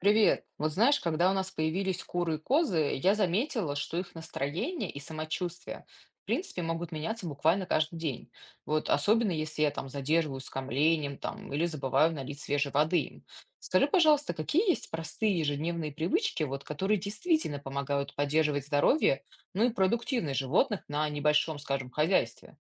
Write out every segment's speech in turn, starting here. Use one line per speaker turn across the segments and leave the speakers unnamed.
Привет. Вот знаешь, когда у нас появились куры и козы, я заметила, что их настроение и самочувствие, в принципе, могут меняться буквально каждый день. Вот особенно если я там задерживаюсь с кормлением там, или забываю налить свежей воды им. Скажи, пожалуйста, какие есть простые ежедневные привычки, вот, которые действительно помогают поддерживать здоровье, ну и продуктивность животных на небольшом, скажем, хозяйстве?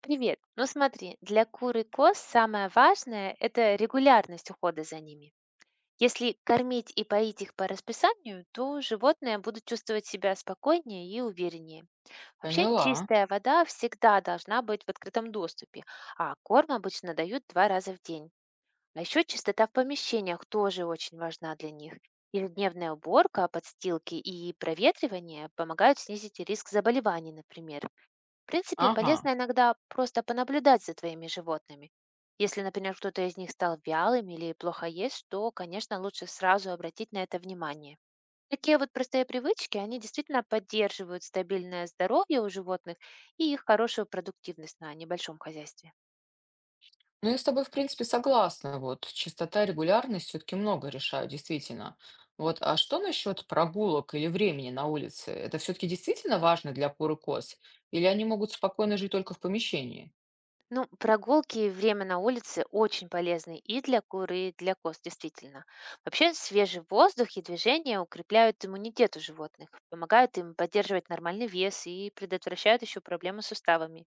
Привет. Ну смотри, для кур и коз самое важное– это регулярность ухода за ними. Если кормить и поить их по расписанию, то животные будут чувствовать себя спокойнее и увереннее. Вообще
Поняла.
чистая вода всегда должна быть в открытом доступе, а корм обычно дают 2 раза в день. А еще чистота в помещениях тоже очень важна для них. Ежедневная уборка, подстилки и проветривание помогают снизить риск заболеваний, например. В принципе,
Ага.
полезно иногда просто понаблюдать за твоими животными. Если, например, кто-то из них стал вялым или плохо ест, то, конечно, лучше сразу обратить на это внимание. Такие вот простые привычки, они действительно поддерживают стабильное здоровье у животных и их хорошую продуктивность на небольшом хозяйстве.
Ну, я с тобой, в принципе, согласна. Вот частота и регулярность все-таки много решают, действительно. Вот, а что насчет прогулок или времени на улице? Это все-таки действительно важно для кур и коз? Или они могут спокойно жить только в помещении?
Ну, прогулки и время на улице очень полезны и для куры, и для коз, действительно. Вообще, свежий воздух и движение укрепляют иммунитет у животных, помогают им поддерживать нормальный вес и предотвращают еще проблемы с суставами.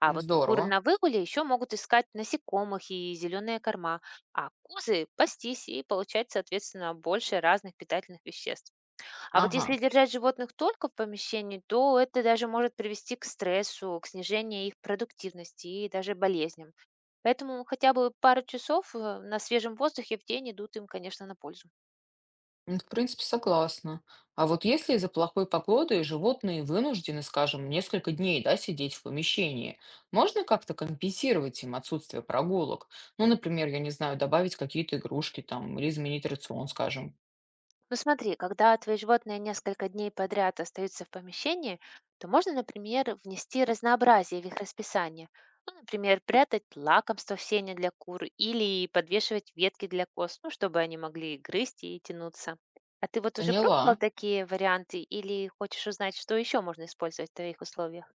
А вот куры
Здорово.
на выгуле еще могут искать насекомых и зеленые корма, а козы– пастись и получать, соответственно, больше разных питательных веществ. А вот если
Ага.
держать животных только в помещении, то это даже может привести к стрессу, к снижению их продуктивности и даже болезням. Поэтому хотя бы пару часов на свежем воздухе в день идут им, конечно, на пользу.
Ну, в принципе, согласна. А вот если из-за плохой погоды животные вынуждены, скажем, несколько дней, да, сидеть в помещении, можно как-то компенсировать им отсутствие прогулок? Ну, например, я не знаю, добавить какие-то игрушки там или изменить рацион, скажем.
Ну смотри, когда твои животные несколько дней подряд остаются в помещении, то можно, например, внести разнообразие в их расписание. Ну, например, прятать лакомство в сене для кур или подвешивать ветки для коз, ну, чтобы они могли грызть и тянуться. А ты вот уже пробовал
Поняла.
такие варианты или хочешь узнать, что еще можно использовать в твоих условиях?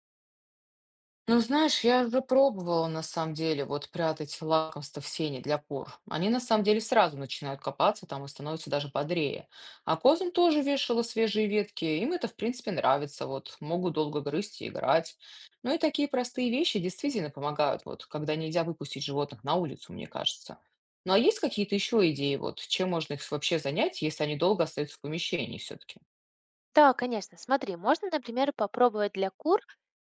Ну, знаешь, я уже пробовала на самом деле вот прятать лакомство в сене для пор. Они на самом деле сразу начинают копаться там и становятся даже бодрее. А козам тоже вешала свежие ветки. Им это, в принципе, нравится. Вот могут долго грызть и играть. Ну и такие простые вещи действительно помогают, вот когда нельзя выпустить животных на улицу, мне кажется. Ну а есть какие-то еще идеи, вот чем можно их вообще занять, если они долго остаются в помещении все-таки?
Да, конечно. Смотри, можно, например, попробовать для кур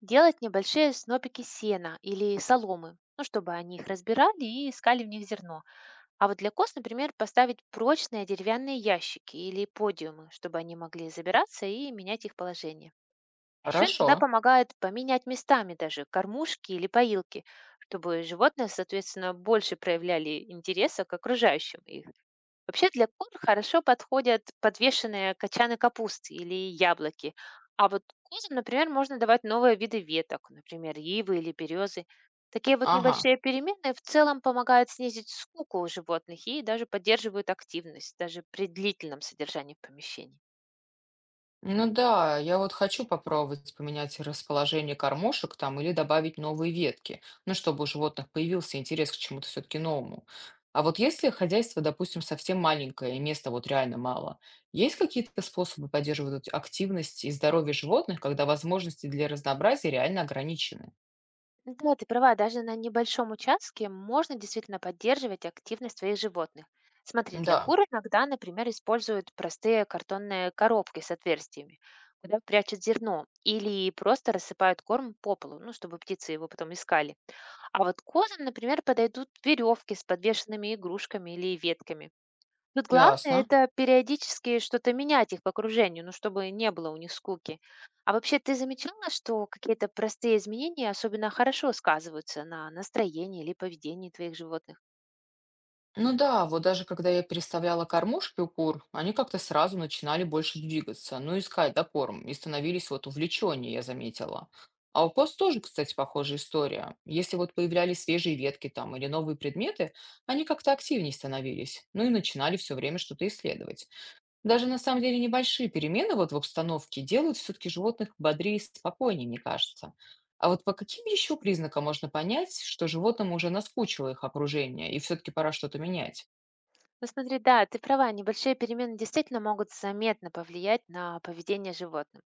делать небольшие снопики сена или соломы, ну, чтобы они их разбирали и искали в них зерно. А вот для коз, например, поставить прочные деревянные ящики или подиумы, чтобы они могли забираться и менять их положение. А еще
Хорошо.
иногда помогает поменять местами даже кормушки или поилки, чтобы животные, соответственно, больше проявляли интереса к окружающим. И вообще для кур хорошо подходят подвешенные кочаны капусты или яблоки. А вот козам, например, можно давать новые виды веток, например, ивы или березы. Такие вот
Ага.
небольшие перемены в целом помогают снизить скуку у животных и даже поддерживают активность, даже при длительном содержании в помещении.
Ну да, я вот хочу попробовать поменять расположение кормушек там или добавить новые ветки, ну, чтобы у животных появился интерес к чему-то все-таки новому. А вот если хозяйство, допустим, совсем маленькое и места вот реально мало, есть какие-то способы поддерживать вот активность и здоровье животных, когда возможности для разнообразия реально ограничены?
Да, ты права, даже на небольшом участке можно действительно поддерживать активность своих животных. Смотри, для
Да,
кур иногда, например, используют простые картонные коробки с отверстиями, куда прячут зерно, или просто рассыпают корм по полу, ну, чтобы птицы его потом искали. А вот козам, например, подойдут веревки с подвешенными игрушками или ветками. Тут главное-
ясно.
это периодически что-то менять их по окружению, ну, чтобы не было у них скуки. А вообще, ты замечала, что какие-то простые изменения особенно хорошо сказываются на настроении или поведении твоих животных?
Ну да, вот даже когда я переставляла кормушки у кур, они как-то сразу начинали больше двигаться, ну, искать, да, корм, и становились вот увлеченнее, я заметила. А у коз тоже, кстати, похожая история. Если вот появлялись свежие ветки там или новые предметы, они как-то активнее становились, ну и начинали все время что-то исследовать. Даже на самом деле небольшие перемены вот в обстановке делают все-таки животных бодрее и спокойнее, мне кажется. А вот по каким еще признакам можно понять, что животному уже наскучило их окружение и все-таки пора что-то менять?
Ну, смотри, да, ты права, небольшие перемены действительно могут заметно повлиять на поведение животных.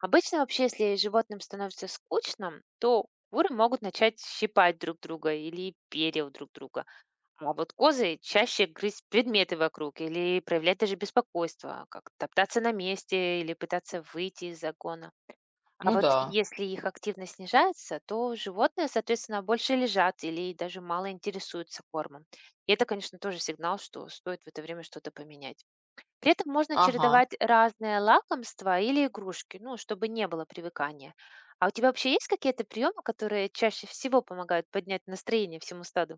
Обычно вообще, если животным становится скучно, то куры могут начать щипать друг друга или перья у друг друга. А вот козы чаще грызть предметы вокруг или проявлять даже беспокойство, как топтаться на месте или пытаться выйти из загона. А
Ну
вот
да,
если их активность снижается, то животные, соответственно, больше лежат или даже мало интересуются кормом. И это, конечно, тоже сигнал, что стоит в это время что-то поменять. При этом можно
ага.
чередовать разные лакомства или игрушки, ну, чтобы не было привыкания. А у тебя вообще есть какие-то приемы, которые чаще всего помогают поднять настроение всему стаду?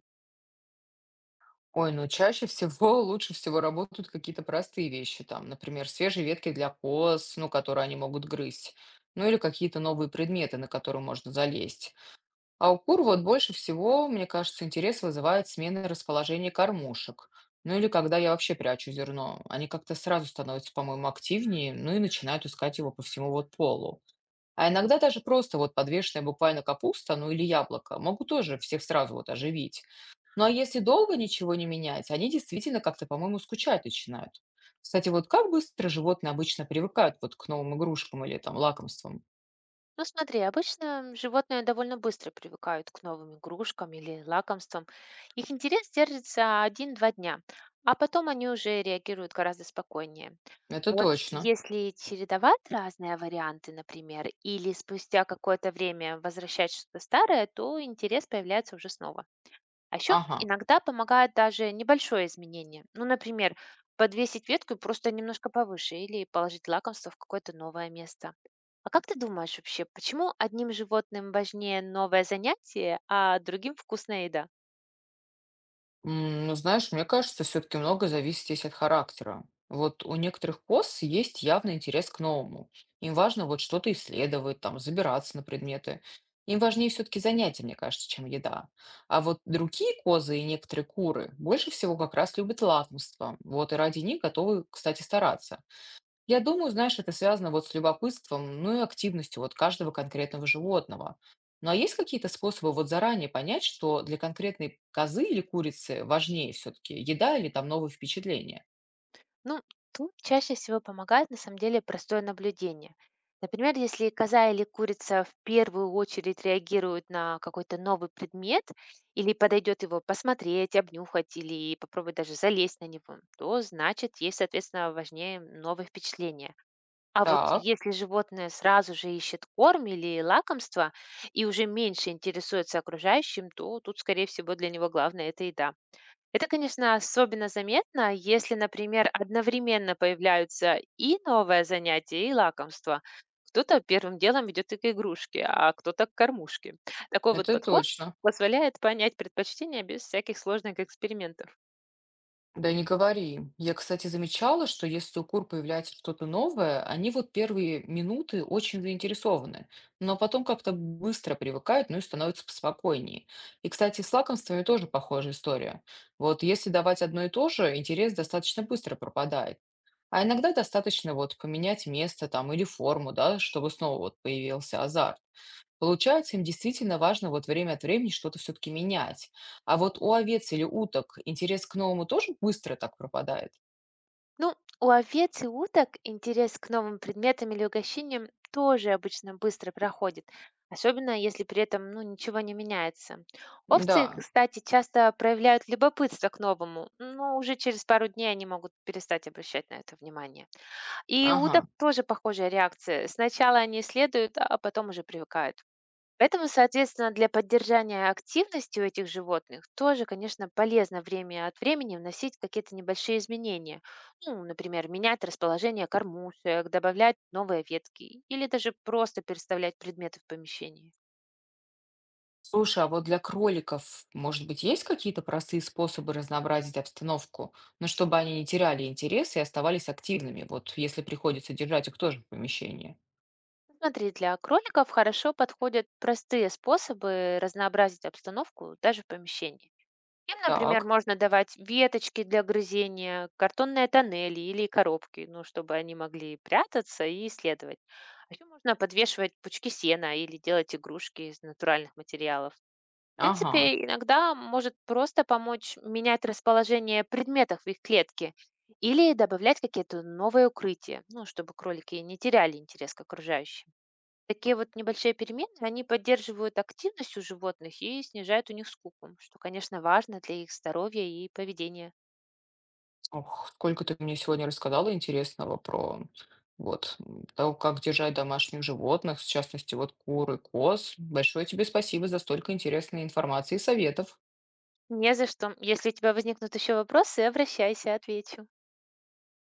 Ой, ну чаще всего лучше всего работают какие-то простые вещи, там, например, свежие ветки для коз, ну, которые они могут грызть, ну или какие-то новые предметы, на которые можно залезть. А у кур вот больше всего, мне кажется, интерес вызывает смена расположения кормушек. Ну или когда я вообще прячу зерно. Они как-то сразу становятся, по-моему, активнее, ну и начинают искать его по всему вот полу. А иногда даже просто вот подвешенная буквально капуста, ну или яблоко, могут тоже всех сразу вот оживить. Ну а если долго ничего не менять, они действительно как-то, по-моему, скучать начинают. Кстати, вот как быстро животные обычно привыкают вот к новым игрушкам или там лакомствам?
Ну смотри, обычно животные довольно быстро привыкают к новым игрушкам или лакомствам. Их интерес держится 1–2 дня, а потом они уже реагируют гораздо спокойнее.
Это
Вот
точно.
если чередовать разные варианты, например, или спустя какое-то время возвращать что-то старое, то интерес появляется уже снова. А еще
Ага.
иногда помогает даже небольшое изменение. Ну, например, подвесить ветку и просто немножко повыше или положить лакомство в какое-то новое место. А как ты думаешь вообще, почему одним животным важнее новое занятие, а другим вкусная еда?
Ну, знаешь, мне кажется, все-таки много зависит здесь от характера. Вот у некоторых коз есть явный интерес к новому. Им важно вот что-то исследовать, там, забираться на предметы. Им важнее все-таки занятия, мне кажется, чем еда. А вот другие козы и некоторые куры больше всего как раз любят лакомство. Вот и ради них готовы, кстати, стараться. Я думаю, знаешь, это связано вот с любопытством, ну и активностью вот каждого конкретного животного. Ну а есть какие-то способы вот заранее понять, что для конкретной козы или курицы важнее все-таки еда или там новые впечатления?
Ну, тут чаще всего помогает на самом деле простое наблюдение. Например, если коза или курица в первую очередь реагирует на какой-то новый предмет или подойдет его посмотреть, обнюхать или попробовать даже залезть на него, то значит ей, соответственно, важнее новые впечатления. А вот
Так,
если животное сразу же ищет корм или лакомство и уже меньше интересуется окружающим, то тут, скорее всего, для него главное– это еда. Это, конечно, особенно заметно, если, например, одновременно появляются и новое занятие, и лакомство. Кто-то первым делом ведет и к игрушке, а кто-то к кормушке. Такой вот
это
подход
точно.
позволяет понять предпочтения без всяких сложных экспериментов.
Да не говори. Я, кстати, замечала, что если у кур появляется что-то новое, они вот первые минуты очень заинтересованы, но потом как-то быстро привыкают, ну и становятся поспокойнее. И, кстати, с лакомствами тоже похожая история. Вот если давать одно и то же, интерес достаточно быстро пропадает. А иногда достаточно вот поменять место там или форму, да, чтобы снова вот появился азарт. Получается, им действительно важно вот время от времени что-то все-таки менять. А вот у овец или уток интерес к новому тоже быстро так пропадает?
Ну, у овец и уток интерес к новым предметам или угощениям тоже обычно быстро проходит, особенно если при этом ну, ничего не меняется. Овцы,
Да,
кстати, часто проявляют любопытство к новому, но уже через пару дней они могут перестать обращать на это внимание. И у уток
ага.
тоже похожая реакция. Сначала они следуют, а потом уже привыкают. Поэтому, соответственно, для поддержания активности у этих животных тоже, конечно, полезно время от времени вносить какие-то небольшие изменения. Ну, например, менять расположение кормушек, добавлять новые ветки или даже просто переставлять предметы в помещении.
Слушай, а вот для кроликов, может быть, есть какие-то простые способы разнообразить обстановку, но чтобы они не теряли интерес и оставались активными, вот если приходится держать их тоже в помещении?
Смотри, для кроликов хорошо подходят простые способы разнообразить обстановку даже в помещении. Им, например,
Так,
можно давать веточки для грызения, картонные тоннели или коробки, ну, чтобы они могли прятаться и исследовать. А еще можно подвешивать пучки сена или делать игрушки из натуральных материалов. В
ага.
принципе, иногда может просто помочь менять расположение предметов в их клетке или добавлять какие-то новые укрытия, ну, чтобы кролики не теряли интерес к окружающим. Такие вот небольшие перемены, они поддерживают активность у животных и снижают у них скуку, что, конечно, важно для их здоровья и поведения.
Ох, сколько ты мне сегодня рассказала интересного про вот то, как держать домашних животных, в частности, вот куры, коз. Большое тебе спасибо за столько интересной информации и советов.
Не за что. Если у тебя возникнут еще вопросы, обращайся, отвечу.